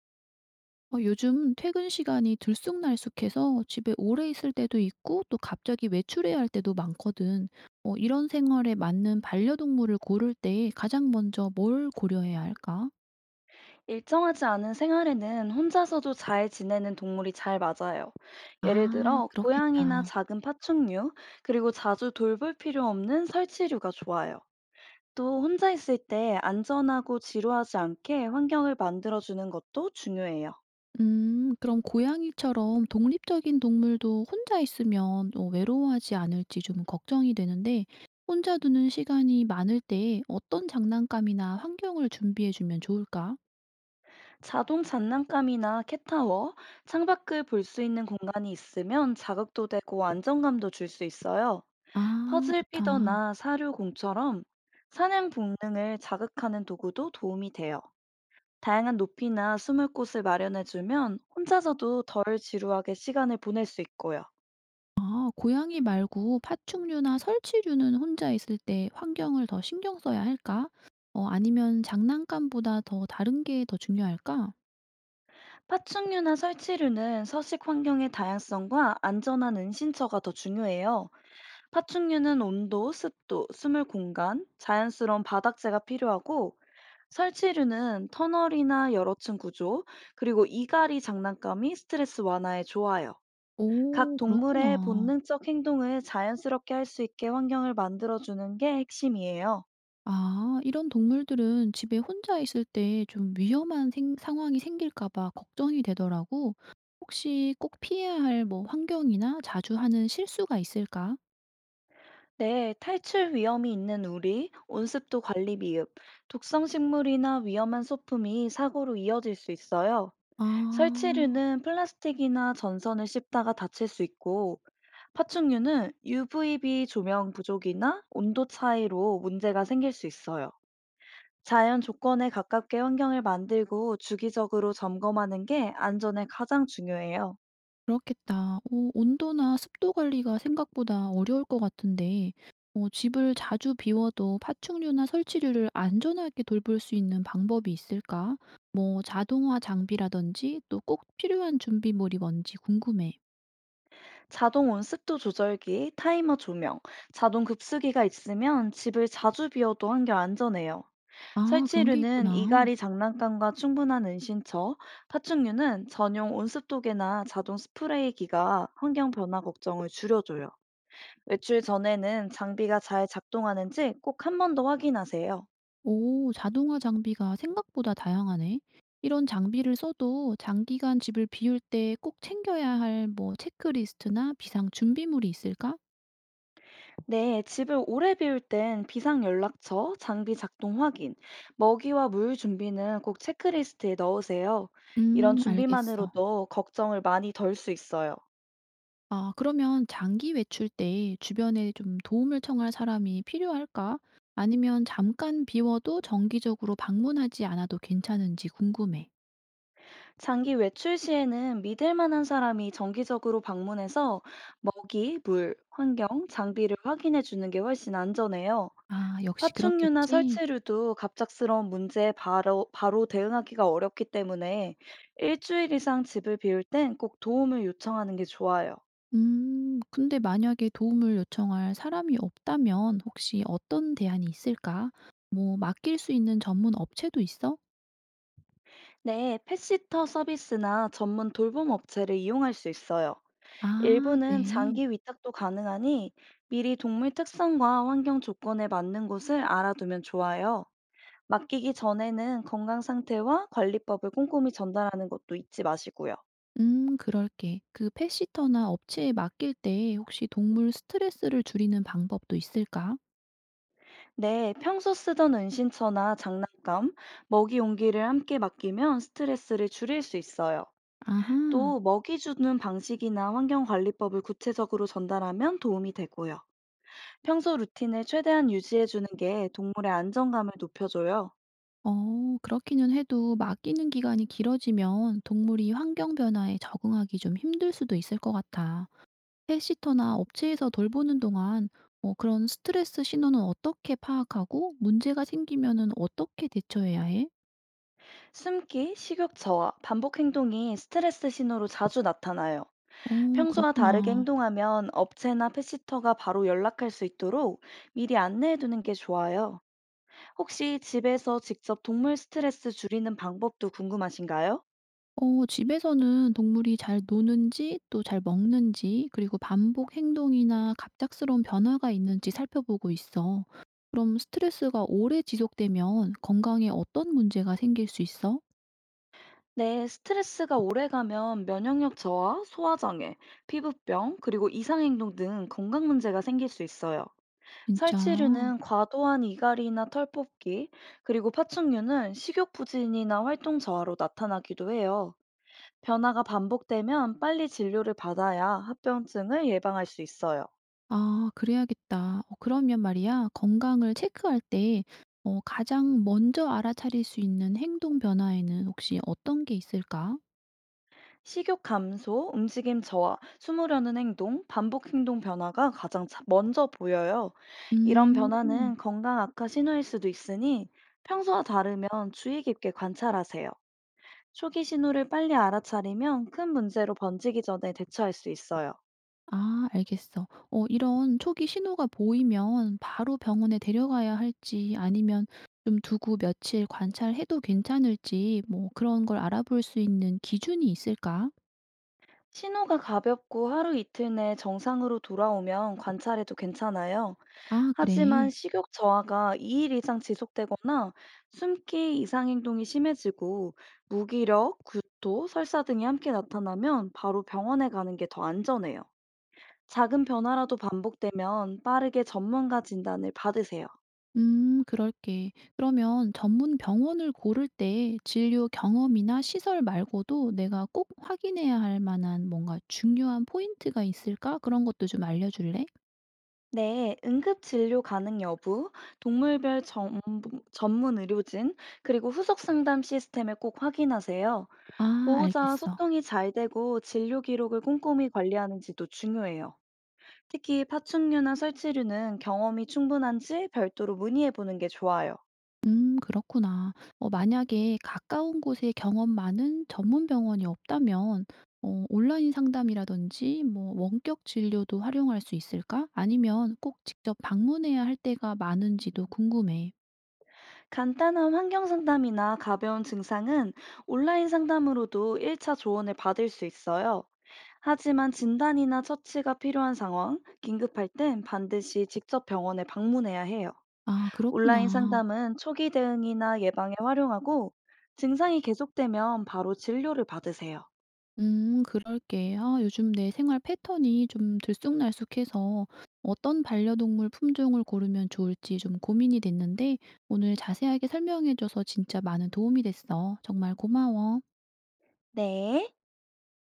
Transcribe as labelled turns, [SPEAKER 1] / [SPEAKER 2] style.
[SPEAKER 1] 요즘 퇴근 시간이 들쑥날쑥해서 집에 오래 있을 때도 있고 또 갑자기 외출해야 할 때도 많거든. 이런 생활에 맞는 반려동물을 고를 때 가장 먼저 뭘 고려해야 할까?
[SPEAKER 2] 일정하지 않은 생활에는 혼자서도 잘 지내는 동물이 잘 맞아요. 예를
[SPEAKER 1] 아,
[SPEAKER 2] 들어, 고양이나
[SPEAKER 1] 그렇겠다.
[SPEAKER 2] 작은 파충류, 그리고 자주 돌볼 필요 없는 설치류가 좋아요. 또 혼자 있을 때 안전하고 지루하지 않게 환경을 만들어주는 것도 중요해요.
[SPEAKER 1] 그럼 고양이처럼 독립적인 동물도 혼자 있으면 외로워하지 않을지 좀 걱정이 되는데 혼자 두는 시간이 많을 때 어떤 장난감이나 환경을 준비해 주면 좋을까?
[SPEAKER 2] 자동 장난감이나 캣타워, 창밖을 볼 수 있는 공간이 있으면 자극도 되고 안정감도 줄 수 있어요.
[SPEAKER 1] 아,
[SPEAKER 2] 퍼즐
[SPEAKER 1] 좋다.
[SPEAKER 2] 피더나 사료 공처럼 사냥 본능을 자극하는 도구도 도움이 돼요. 다양한 높이나 숨을 곳을 마련해주면 혼자서도 덜 지루하게 시간을 보낼 수 있고요.
[SPEAKER 1] 아, 고양이 말고 파충류나 설치류는 혼자 있을 때 환경을 더 신경 써야 할까? 어, 아니면 장난감보다 더 다른 게 더 중요할까?
[SPEAKER 2] 파충류나 설치류는 서식 환경의 다양성과 안전한 은신처가 더 중요해요. 파충류는 온도, 습도, 숨을 공간, 자연스러운 바닥재가 필요하고 설치류는 터널이나 여러 층 구조, 그리고 이갈이 장난감이 스트레스 완화에 좋아요. 각
[SPEAKER 1] 오,
[SPEAKER 2] 동물의
[SPEAKER 1] 그렇구나.
[SPEAKER 2] 본능적 행동을 자연스럽게 할 수 있게 환경을 만들어주는 게 핵심이에요.
[SPEAKER 1] 아, 이런 동물들은 집에 혼자 있을 때 좀 위험한 상황이 생길까 봐 걱정이 되더라고. 혹시 꼭 피해야 할 뭐 환경이나 자주 하는 실수가 있을까?
[SPEAKER 2] 네, 탈출 위험이 있는 우리, 온습도 관리 미흡, 독성 식물이나 위험한 소품이 사고로 이어질 수 있어요.
[SPEAKER 1] 아.
[SPEAKER 2] 설치류는 플라스틱이나 전선을 씹다가 다칠 수 있고, 파충류는 UVB 조명 부족이나 온도 차이로 문제가 생길 수 있어요. 자연 조건에 가깝게 환경을 만들고 주기적으로 점검하는 게 안전에 가장 중요해요.
[SPEAKER 1] 그렇겠다. 어, 온도나 습도 관리가 생각보다 어려울 것 같은데 어, 집을 자주 비워도 파충류나 설치류를 안전하게 돌볼 수 있는 방법이 있을까? 뭐 자동화 장비라든지 또 꼭 필요한 준비물이 뭔지 궁금해.
[SPEAKER 2] 자동 온습도 조절기, 타이머 조명, 자동 급수기가 있으면 집을 자주 비워도 한결 안전해요.
[SPEAKER 1] 아, 그런 게
[SPEAKER 2] 설치류는
[SPEAKER 1] 있구나.
[SPEAKER 2] 이갈이 장난감과 충분한 은신처, 파충류는 전용 온습도계나 자동 스프레이기가 환경 변화 걱정을 줄여줘요. 외출 전에는 장비가 잘 작동하는지 꼭 한 번 더 확인하세요.
[SPEAKER 1] 오, 자동화 장비가 생각보다 다양하네. 이런 장비를 써도 장기간 집을 비울 때 꼭 챙겨야 할 뭐 체크리스트나 비상 준비물이 있을까?
[SPEAKER 2] 네, 집을 오래 비울 땐 비상 연락처, 장비 작동 확인, 먹이와 물 준비는 꼭 체크리스트에 넣으세요. 이런
[SPEAKER 1] 알겠어.
[SPEAKER 2] 준비만으로도 걱정을 많이 덜 수 있어요.
[SPEAKER 1] 아, 그러면 장기 외출 때 주변에 좀 도움을 청할 사람이 필요할까? 아니면 잠깐 비워도 정기적으로 방문하지 않아도 괜찮은지 궁금해.
[SPEAKER 2] 장기 외출 시에는 믿을 만한 사람이 정기적으로 방문해서 먹이, 물, 환경, 장비를 확인해 주는 게 훨씬 안전해요.
[SPEAKER 1] 아, 역시
[SPEAKER 2] 파충류나
[SPEAKER 1] 그렇겠지?
[SPEAKER 2] 설치류도 갑작스러운 문제에 바로, 바로 대응하기가 어렵기 때문에 일주일 이상 집을 비울 땐 꼭 도움을 요청하는 게 좋아요.
[SPEAKER 1] 근데 만약에 도움을 요청할 사람이 없다면 혹시 어떤 대안이 있을까? 뭐, 맡길 수 있는 전문 업체도 있어?
[SPEAKER 2] 네, 펫시터 서비스나 전문 돌봄 업체를 이용할 수 있어요.
[SPEAKER 1] 아,
[SPEAKER 2] 일부는
[SPEAKER 1] 그래.
[SPEAKER 2] 장기 위탁도 가능하니 미리 동물 특성과 환경 조건에 맞는 곳을 알아두면 좋아요. 맡기기 전에는 건강 상태와 관리법을 꼼꼼히 전달하는 것도 잊지 마시고요.
[SPEAKER 1] 그럴게. 그 펫시터나 업체에 맡길 때 혹시 동물 스트레스를 줄이는 방법도 있을까?
[SPEAKER 2] 네, 평소 쓰던 은신처나 장난감, 먹이 용기를 함께 맡기면 스트레스를 줄일 수 있어요.
[SPEAKER 1] 아하.
[SPEAKER 2] 또 먹이 주는 방식이나 환경 관리법을 구체적으로 전달하면 도움이 되고요. 평소 루틴을 최대한 유지해 주는 게 동물의 안정감을 높여줘요.
[SPEAKER 1] 어, 그렇기는 해도 맡기는 기간이 길어지면 동물이 환경 변화에 적응하기 좀 힘들 수도 있을 것 같아. 펫시터나 업체에서 돌보는 동안 그런 스트레스 신호는 어떻게 파악하고 문제가 생기면은 어떻게 대처해야 해?
[SPEAKER 2] 숨기, 식욕 저하, 반복 행동이 스트레스 신호로 자주 나타나요.
[SPEAKER 1] 어,
[SPEAKER 2] 평소와 다르게
[SPEAKER 1] 그렇구나.
[SPEAKER 2] 행동하면 업체나 펫시터가 바로 연락할 수 있도록 미리 안내해 두는 게 좋아요. 혹시 집에서 직접 동물 스트레스 줄이는 방법도 궁금하신가요?
[SPEAKER 1] 어, 집에서는 동물이 잘 노는지 또 잘 먹는지 그리고 반복 행동이나 갑작스러운 변화가 있는지 살펴보고 있어. 그럼 스트레스가 오래 지속되면 건강에 어떤 문제가 생길 수 있어?
[SPEAKER 2] 네, 스트레스가 오래가면 면역력 저하, 소화장애, 피부병, 그리고 이상행동 등 건강 문제가 생길 수 있어요.
[SPEAKER 1] 진짜.
[SPEAKER 2] 살치류는 과도한 이갈이나 털 뽑기, 그리고 파충류는 식욕 부진이나 활동 저하로 나타나기도 해요. 변화가 반복되면 빨리 진료를 받아야 합병증을 예방할 수 있어요.
[SPEAKER 1] 아, 그래야겠다. 어, 그러면 말이야 건강을 체크할 때 가장 먼저 알아차릴 수 있는 행동 변화에는 혹시 어떤 게 있을까?
[SPEAKER 2] 식욕 감소, 움직임 저하, 숨으려는 행동, 반복 행동 변화가 가장 먼저 보여요. 이런
[SPEAKER 1] 음.
[SPEAKER 2] 변화는 건강 악화 신호일 수도 있으니 평소와 다르면 주의 깊게 관찰하세요. 초기 신호를 빨리 알아차리면 큰 문제로 번지기 전에 대처할 수 있어요.
[SPEAKER 1] 아, 알겠어. 어, 이런 초기 신호가 보이면 바로 병원에 데려가야 할지 아니면 좀 두고 며칠 관찰해도 괜찮을지 뭐 그런 걸 알아볼 수 있는 기준이 있을까?
[SPEAKER 2] 신호가 가볍고 하루 이틀 내 정상으로 돌아오면 관찰해도 괜찮아요.
[SPEAKER 1] 아,
[SPEAKER 2] 하지만
[SPEAKER 1] 그래.
[SPEAKER 2] 식욕 저하가 2일 이상 지속되거나 숨기 이상 행동이 심해지고 무기력, 구토, 설사 등이 함께 나타나면 바로 병원에 가는 게 더 안전해요. 작은 변화라도 반복되면 빠르게 전문가 진단을 받으세요.
[SPEAKER 1] 음, 그럴게. 그러면 전문 병원을 고를 때 진료 경험이나 시설 말고도 내가 꼭 확인해야 할 만한 뭔가 중요한 포인트가 있을까? 그런 것도 좀 알려줄래?
[SPEAKER 2] 네, 응급 진료 가능 여부, 동물별 전문 의료진, 그리고 후속 상담 시스템을 꼭 확인하세요.
[SPEAKER 1] 아,
[SPEAKER 2] 보호자와
[SPEAKER 1] 알겠어.
[SPEAKER 2] 소통이 잘 되고 진료 기록을 꼼꼼히 관리하는지도 중요해요. 특히 파충류나 설치류는 경험이 충분한지 별도로 문의해 보는 게 좋아요.
[SPEAKER 1] 음, 그렇구나. 어, 만약에 가까운 곳에 경험 많은 전문 병원이 없다면 온라인 상담이라든지 뭐 원격 진료도 활용할 수 있을까? 아니면 꼭 직접 방문해야 할 때가 많은지도 궁금해.
[SPEAKER 2] 간단한 환경 상담이나 가벼운 증상은 온라인 상담으로도 1차 조언을 받을 수 있어요. 하지만 진단이나 처치가 필요한 상황, 긴급할 땐 반드시 직접 병원에 방문해야 해요.
[SPEAKER 1] 아,
[SPEAKER 2] 온라인
[SPEAKER 1] 그렇구나.
[SPEAKER 2] 상담은 초기 대응이나 예방에 활용하고 증상이 계속되면 바로 진료를 받으세요.
[SPEAKER 1] 음, 그럴게. 아, 요즘 내 생활 패턴이 좀 들쑥날쑥해서 어떤 반려동물 품종을 고르면 좋을지 좀 고민이 됐는데 오늘 자세하게 설명해 줘서 진짜 많은 도움이 됐어. 정말 고마워.
[SPEAKER 2] 네.